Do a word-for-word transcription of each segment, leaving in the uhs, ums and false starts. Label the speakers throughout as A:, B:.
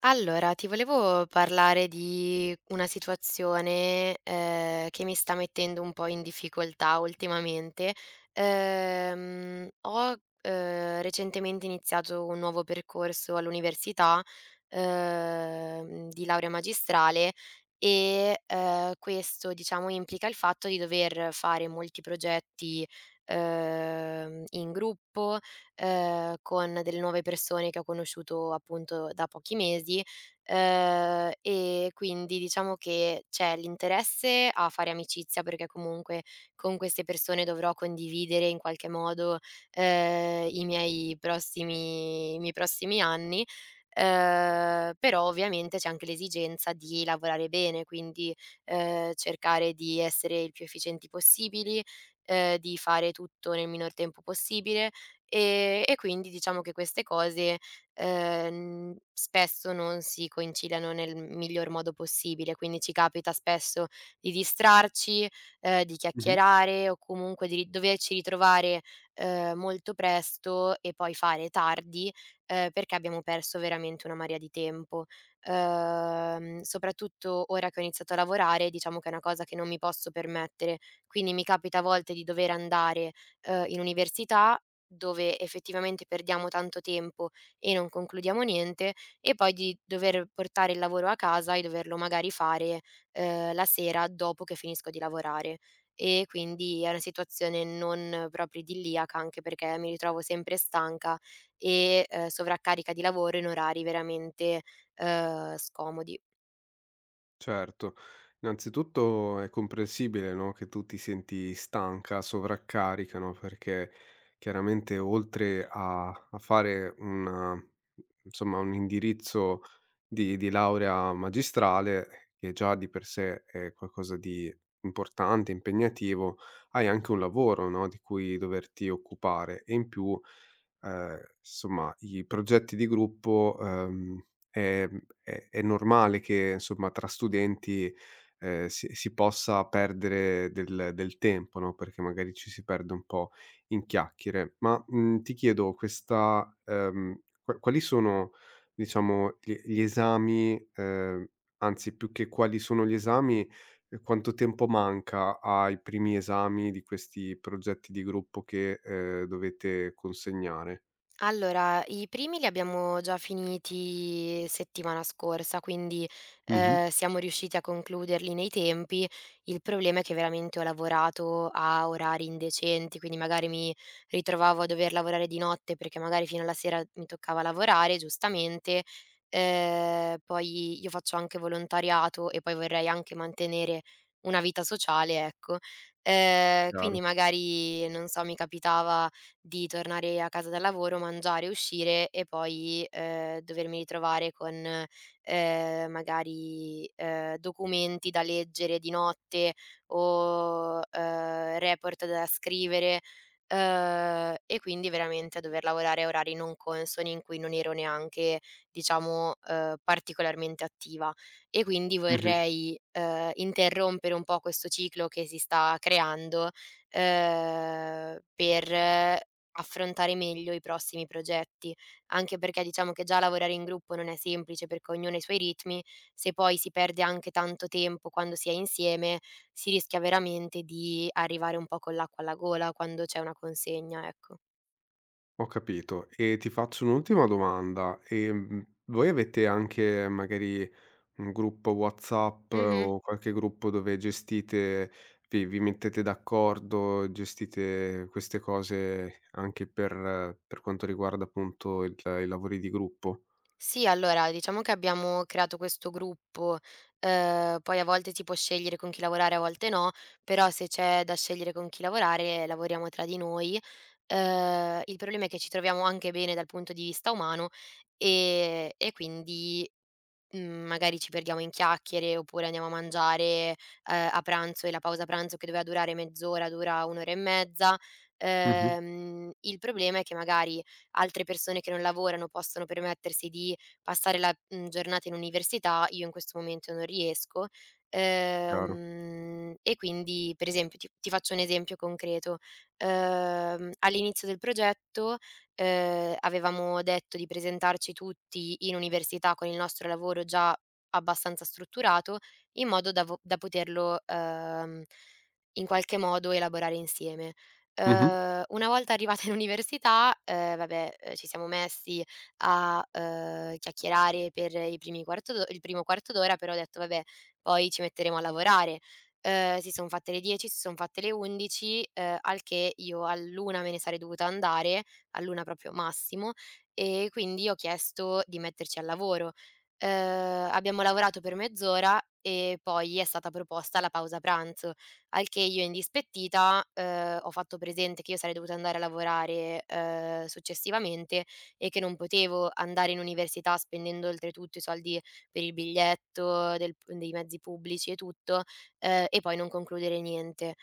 A: Allora, ti volevo parlare di una situazione, ehm, che mi sta mettendo un po' in difficoltà ultimamente. Ehm, ho, ehm, Recentemente iniziato un nuovo percorso all'università, ehm, di laurea magistrale e, ehm, questo diciamo implica il fatto di dover fare molti progetti, ehm, in gruppo, ehm, con delle nuove persone che ho conosciuto appunto da pochi mesi, ehm, e quindi diciamo che c'è l'interesse a fare amicizia, perché comunque con queste persone dovrò condividere in qualche modo, ehm, i miei prossimi i miei prossimi anni, ehm, però ovviamente c'è anche l'esigenza di lavorare bene, quindi, ehm, cercare di essere il più efficienti possibili, ehm, di fare tutto nel minor tempo possibile. Ehm, e quindi diciamo che queste cose, ehm, spesso non si conciliano nel miglior modo possibile, quindi ci capita spesso di distrarci, ehm, di
B: Mh-mh.
A: chiacchierare o comunque di ri doverci ritrovare, ehm, molto presto e poi fare tardi, ehm, perché abbiamo perso veramente una marea di tempo. Ehm, soprattutto ora che ho iniziato a lavorare, diciamo che è una cosa che non mi posso permettere, quindi mi capita a volte di dover andare, ehm, in università dove effettivamente perdiamo tanto tempo e non concludiamo niente, e poi di dover portare il lavoro a casa e doverlo magari fare, ehm, la sera dopo che finisco di lavorare. E quindi è una situazione non proprio idilliaca, anche perché mi ritrovo sempre stanca e, ehm, sovraccarica di lavoro in orari veramente, ehm, scomodi.
B: Certo. Innanzitutto è comprensibile, no, che tu ti senti stanca, sovraccarica, no, perché chiaramente oltre a a fare una insomma, un indirizzo di di laurea magistrale, che già di per sé è qualcosa di importante, impegnativo, hai anche un lavoro, no, di cui doverti occupare e in più, ehm, somma, i progetti di gruppo, ehm ehm, è è normale che, insomma, tra studenti, ehm, si si possa perdere del del tempo, no, perché magari ci si perde un po' in chiacchiere. Ma, mhmm, ti chiedo questa ehm, qua quali sono, diciamo, gli gli esami ehm, anzi più che quali sono gli esami, ehm, quanto tempo manca ai primi esami di questi progetti di gruppo che, ehm, dovete consegnare?
A: Allora, i primi li abbiamo già finiti settimana scorsa, quindi,
B: Mh-mh.
A: ehm, siamo riusciti a concluderli nei tempi. Il problema è che veramente ho lavorato a orari indecenti, quindi magari mi ritrovavo a dover lavorare di notte perché magari fino alla sera mi toccava lavorare, giustamente. Ehm, poi io faccio anche volontariato e poi vorrei anche mantenere una vita sociale, ecco. Ehm, quindi
B: Chiaro.
A: magari, non so, mi capitava di tornare a casa dal lavoro, mangiare, uscire e poi, ehm, dovermi ritrovare con, ehm, magari, ehm, documenti da leggere di notte o, ehm, report da scrivere, ehm, e quindi veramente a dover lavorare a orari non consoni in cui non ero neanche, diciamo, ehm, particolarmente attiva. E quindi
B: Mh-mh.
A: vorrei, ehm, interrompere un po' questo ciclo che si sta creando, ehm, per affrontare meglio i prossimi progetti, anche perché diciamo che già lavorare in gruppo non è semplice perché ognuno ha i suoi ritmi, se poi si perde anche tanto tempo quando si è insieme, si rischia veramente di arrivare un po' con l'acqua alla gola quando c'è una consegna, ecco.
B: Ho capito. E ti faccio un'ultima domanda. Ehm, voi avete anche magari un gruppo WhatsApp
A: Mh-mh.
B: o qualche gruppo dove gestite vi vi mettete d'accordo, gestite queste cose anche per eh, per quanto riguarda appunto il i lavori di gruppo?
A: Sì, allora diciamo che abbiamo creato questo gruppo, ehm, poi a volte si può scegliere con chi lavorare, a volte no, però se c'è da scegliere con chi lavorare lavoriamo tra di noi. Ehm, il problema è che ci troviamo anche bene dal punto di vista umano, ehm, e quindi Mhmm, magari ci perdiamo in chiacchiere, oppure andiamo a mangiare, ehm, a pranzo e la pausa pranzo che doveva durare mezz'ora dura un' ora e mezza.
B: Mh-mh,
A: Ehm, il problema è che magari altre persone che non lavorano possono permettersi di passare la, mhmm, giornata in università, io in questo momento non riesco.
B: chiaro.
A: Ehm, e quindi per esempio ti ti faccio un esempio concreto: ehm, all'inizio del progetto, ehm, avevamo detto di presentarci tutti in università con il nostro lavoro già abbastanza strutturato, in modo da vo da poterlo, ehm, in qualche modo elaborare insieme.
B: Mh-mh,
A: Ehm, una volta arrivata in università, ehm, vabbè, ehm, ci siamo messi a, ehm, chiacchierare per i primi quarto d'o il primo quarto d'ora, però ho detto: "Vabbè, poi ci metteremo a lavorare". Ehm, si son fatte le dieci, si son fatte le undici, ehm, al che io all'una me ne sarei dovuta andare, all'una proprio massimo, e quindi ho chiesto di metterci al lavoro. Uhm, Abbiamo lavorato per mezz'ora e poi è stata proposta la pausa pranzo, al che io indispettita, uhm, ho fatto presente che io sarei dovuta andare a lavorare, uhm, successivamente, e che non potevo andare in università spendendo oltretutto i soldi per il biglietto del p dei mezzi pubblici e tutto, uhm, e poi non concludere niente.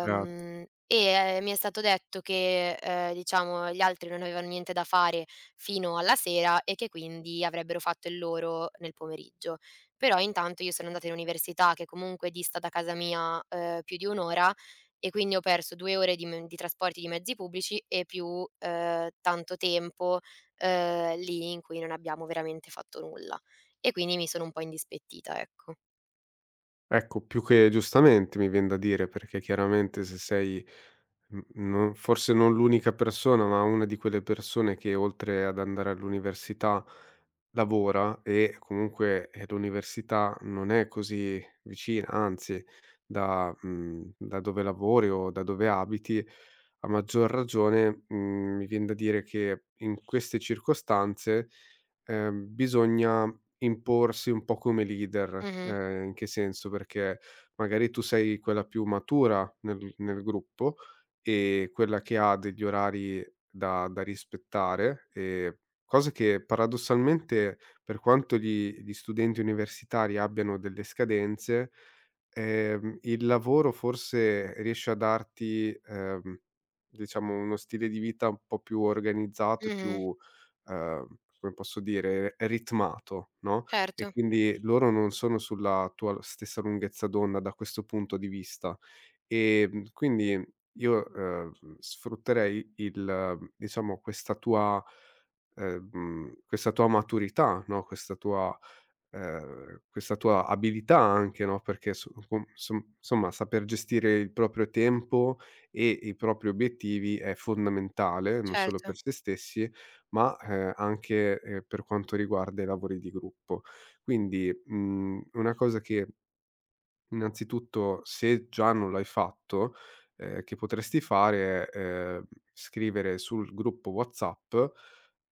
B: chiaro.
A: e eh, Mi è stato detto che, ehm, diciamo gli altri non avevano niente da fare fino alla sera e che quindi avrebbero fatto il loro nel pomeriggio. Però intanto io sono andata in università che comunque dista da casa mia, ehm, più di un' ora e quindi ho perso due ore di me di trasporti di mezzi pubblici e più, ehm, tanto tempo, ehm, lì in cui non abbiamo veramente fatto nulla. E quindi mi sono un po' indispettita, ecco.
B: Ecco, più che giustamente mi vien da dire, perché chiaramente se sei, mhmm, non forse non l'unica persona, ma una di quelle persone che oltre ad andare all'università lavora e comunque, ehm, l'università non è così vicina, anzi da mhmm, da dove lavori o da dove abiti, a maggior ragione, mhmm, mi vien da dire che in queste circostanze, ehm, bisogna imporsi un po' come leader,
A: Mh-mh,
B: ehm, in che senso? Perché magari tu sei quella più matura nel nel gruppo e quella che ha degli orari da da rispettare, ehm, cosa che paradossalmente per quanto gli gli studenti universitari abbiano delle scadenze, ehm, il lavoro forse riesce a darti, ehm, diciamo uno stile di vita un po' più organizzato e
A: mh-mh,
B: più ehm, come posso dire, ritmato, no, e
A: certo,
B: quindi loro non sono sulla tua stessa lunghezza d'onda da questo punto di vista. Ehm, quindi io, ehm, sfrutterei il diciamo questa tua ehm, mhmm, questa tua maturità, no, questa tua ehm, questa tua abilità anche, no, perché so com som somma saper gestire il proprio tempo e i propri obiettivi è fondamentale, non solo
A: certo.
B: per se stessi, ma, ehm, anche, ehm, per quanto riguarda i lavori di gruppo. Quindi, mhmm, una cosa che innanzitutto, se già non l'hai fatto, ehm, che potresti fare è, ehm, scrivere sul gruppo WhatsApp,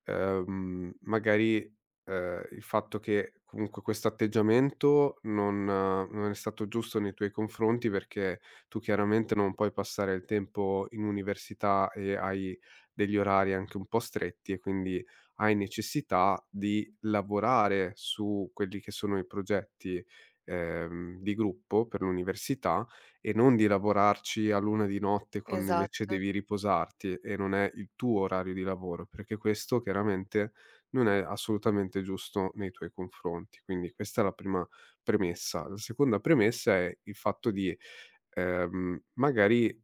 B: ehm, magari, ehm, il fatto che comunque questo atteggiamento non eh, non è stato giusto nei tuoi confronti, perché tu chiaramente non puoi passare il tempo in università e hai degli orari anche un po' stretti e quindi hai necessità di lavorare su quelli che sono i progetti ehm, di gruppo per l'università e non di lavorarci all'una di notte quando invece
A: Esatto.
B: devi riposarti e non è il tuo orario di lavoro, perché questo chiaramente non è assolutamente giusto nei tuoi confronti. Quindi questa è la prima premessa. La seconda premessa è il fatto di, ehm, magari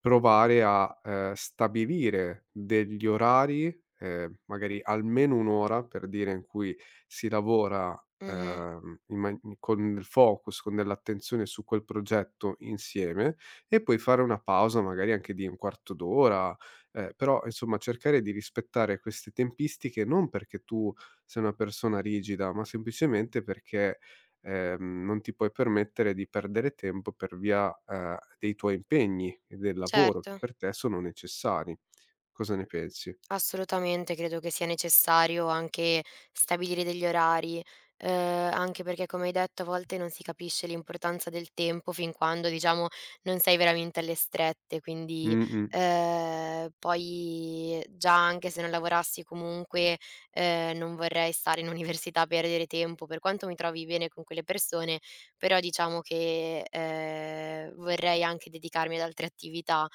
B: provare a, ehm, stabilire degli orari, ehm, magari almeno un' ora, per dire, in cui si lavora,
A: Mh-mh.
B: ehm, in man con del focus, con dell'attenzione su quel progetto insieme e poi fare una pausa magari anche di un quarto d'ora, ehm, però insomma cercare di rispettare queste tempistiche non perché tu sei una persona rigida, ma semplicemente perché ehm, non ti puoi permettere di perdere tempo per via, ehm, dei tuoi impegni e del lavoro
A: Certo,
B: che per te sono necessari. Cosa ne pensi?
A: assolutamente credo che sia necessario anche stabilire degli orari, uhm, anche perché come hai detto a volte non si capisce l'importanza del tempo fin quando, diciamo, non sei veramente alle strette, quindi,
B: Mh-mh.
A: ehm, poi già anche se non lavorassi comunque, ehm, non vorrei stare in università a perdere tempo, per quanto mi trovi bene con quelle persone, però diciamo che, ehm, vorrei anche dedicarmi ad altre attività.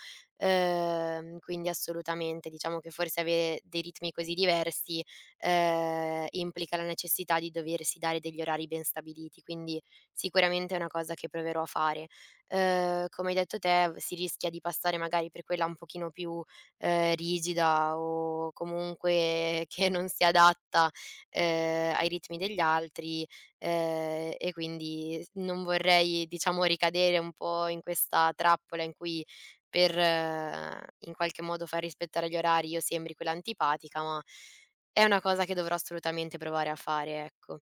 A: Ehm, quindi assolutamente, diciamo che forse avere dei ritmi così diversi, ehm, implica la necessità di doversi dare degli orari ben stabiliti, quindi sicuramente è una cosa che proverò a fare. Ehm, come hai detto te, si rischia di passare magari per quella un pochino più, ehm, rigida o comunque che non si adatta, ehm, ai ritmi degli altri, ehm, e quindi s non vorrei, diciamo, ricadere un po' in questa trappola in cui per eh, in qualche modo far rispettare gli orari io sembri quella antipatica, ma è una cosa che dovrò assolutamente provare a fare, ecco.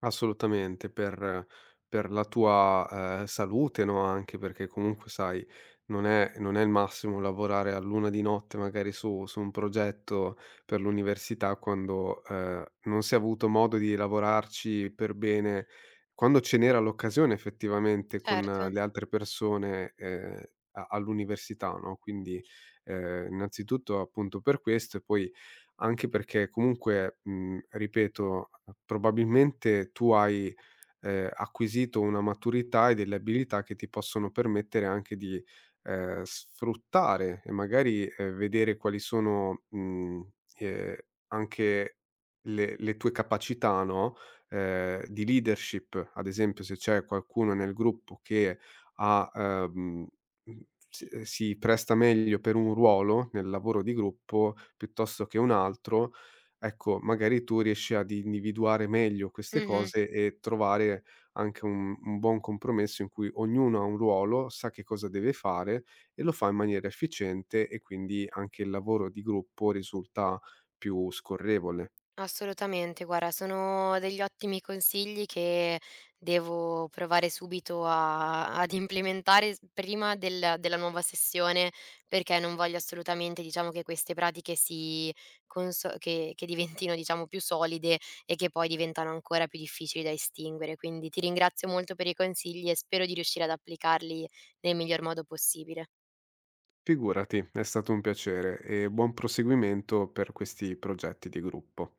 B: Assolutamente, per per la tua, ehm, salute, no, anche perché comunque sai, non è non è il massimo lavorare all'una di notte magari su su un progetto per l'università quando, ehm, non si è avuto modo di lavorarci per bene, quando ce n'era l'occasione effettivamente con
A: Certo.
B: eh, le altre persone, ehm, a all'università, no, quindi, ehm, innanzitutto appunto per questo e poi anche perché comunque, mhmm, ripeto, probabilmente tu hai, ehm, acquisito una maturità e delle abilità che ti possono permettere anche di, ehm, sfruttare e magari, ehm, vedere quali sono, mhmm, ehm, anche le le tue capacità, no, ehm, di leadership. Ad esempio, se c'è qualcuno nel gruppo che ha, ehm Mh, si eh, si presta meglio per un ruolo nel lavoro di gruppo piuttosto che un altro, ecco, magari tu riesci ad individuare meglio queste
A: Mh-mh.
B: cose e trovare anche un un buon compromesso in cui ognuno ha un ruolo, sa che cosa deve fare e lo fa in maniera efficiente e quindi anche il lavoro di gruppo risulta più scorrevole.
A: Assolutamente, guarda, sono degli ottimi consigli che devo provare subito a ad implementare s prima del della nuova sessione, perché non voglio assolutamente, diciamo, che queste pratiche si conso che che diventino, diciamo, più solide e che poi diventano ancora più difficili da estinguere. Quindi ti ringrazio molto per i consigli e spero di riuscire ad applicarli nel miglior modo possibile.
B: Figurati, è stato un piacere e buon proseguimento per questi progetti di gruppo.